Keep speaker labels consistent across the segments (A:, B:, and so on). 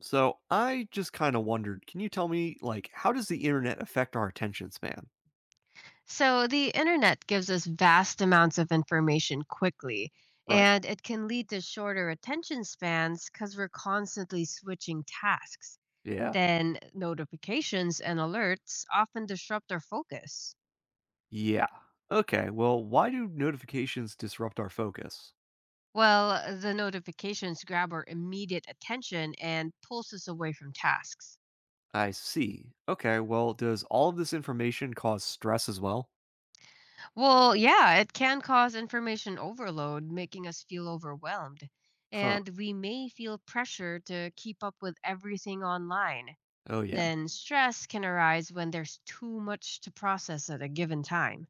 A: So I just kind of wondered, can you tell me like how does the internet affect our attention span?
B: So, the internet gives us vast amounts of information quickly,
A: Right.
B: and it can lead to shorter attention spans because we're constantly switching tasks.
A: Yeah.
B: Then, notifications and alerts often disrupt our focus.
A: Yeah. Okay. Well, why do notifications disrupt our focus?
B: Well, the notifications grab our immediate attention and pulls us away from tasks.
A: I see. Okay. Well, does all of this information cause stress as well?
B: Well, yeah, it can cause information overload, making us feel overwhelmed.
A: Huh.
B: And we may feel pressure to keep up with everything online.
A: Oh yeah.
B: Then stress can arise when there's too much to process at a given time.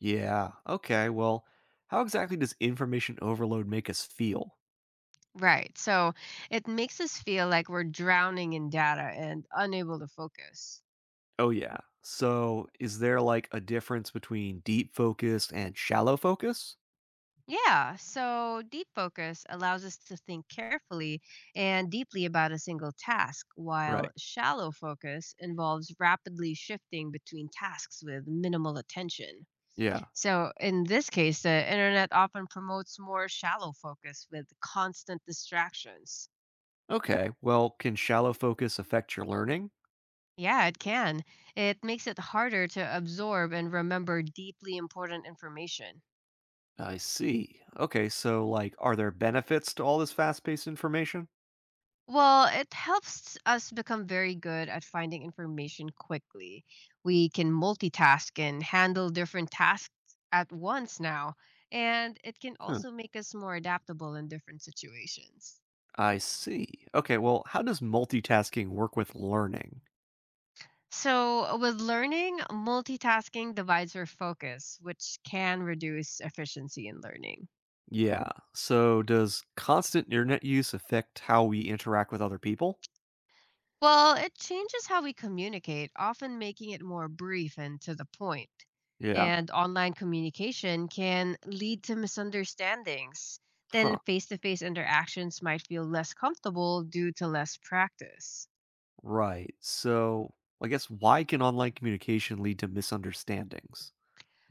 A: Yeah. Okay. Well, how exactly does information overload make us feel?
B: Right. So it makes us feel like we're drowning in data and unable to focus.
A: Oh yeah. So, is there like a difference between deep focus and shallow focus?
B: Yeah, so deep focus allows us to think carefully and deeply about a single task, while
A: Right.
B: shallow focus involves rapidly shifting between tasks with minimal attention.
A: Yeah.
B: So in this case, the internet often promotes more shallow focus with constant distractions.
A: Okay. Well, can shallow focus affect your learning?
B: Yeah, it can. It makes it harder to absorb and remember deeply important information.
A: I see. Okay. So, like, are there benefits to all this fast paced information?
B: Well, it helps us become very good at finding information quickly. We can multitask and handle different tasks at once now, and it can
A: Huh.
B: also make us more adaptable in different situations.
A: I see. Okay. Well, how does multitasking work with learning?
B: So, with learning, multitasking divides our focus, which can reduce efficiency in learning.
A: Yeah. So, does constant internet use affect how we interact with other people?
B: Well, it changes how we communicate, often making it more brief and to the point.
A: Yeah.
B: And online communication can lead to misunderstandings. Then
A: Huh.
B: face to face interactions might feel less comfortable due to less practice.
A: Right. So, I guess why can online communication lead to misunderstandings?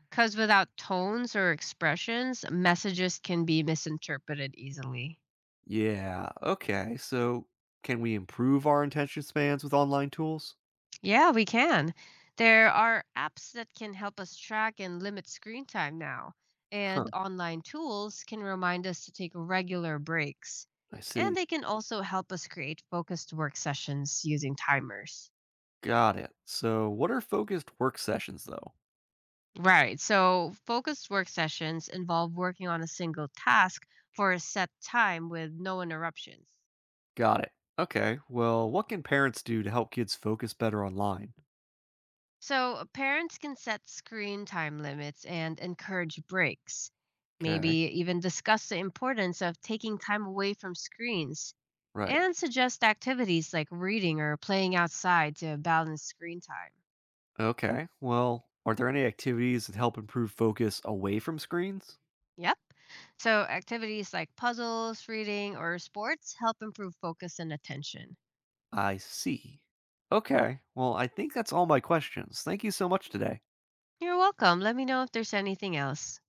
B: Because without tones or expressions, messages can be misinterpreted easily.
A: Yeah. Okay. So, can we improve our attention spans with online tools?
B: Yeah, we can. There are apps that can help us track and limit screen time now, and
A: Huh.
B: online tools can remind us to take regular breaks.
A: I
B: And
A: see.
B: they can also help us create focused work sessions using timers.
A: Got it. So, what are focused work sessions, though?
B: Right, so focused work sessions involve working on a single task for a set time with no interruptions.
A: Got it. Okay. Well, what can parents do to help kids focus better online?
B: So, parents can set screen time limits and encourage breaks.
A: Okay.
B: Maybe even discuss the importance of taking time away from screens
A: Right.
B: and suggest activities like reading or playing outside to balance screen time.
A: Okay. Well, are there any activities that help improve focus away from screens?
B: Yep. So, activities like puzzles, reading, or sports help improve focus and attention.
A: I see. Okay. Well, I think that's all my questions. Thank you so much today.
B: You're welcome. Let me know if there's anything else.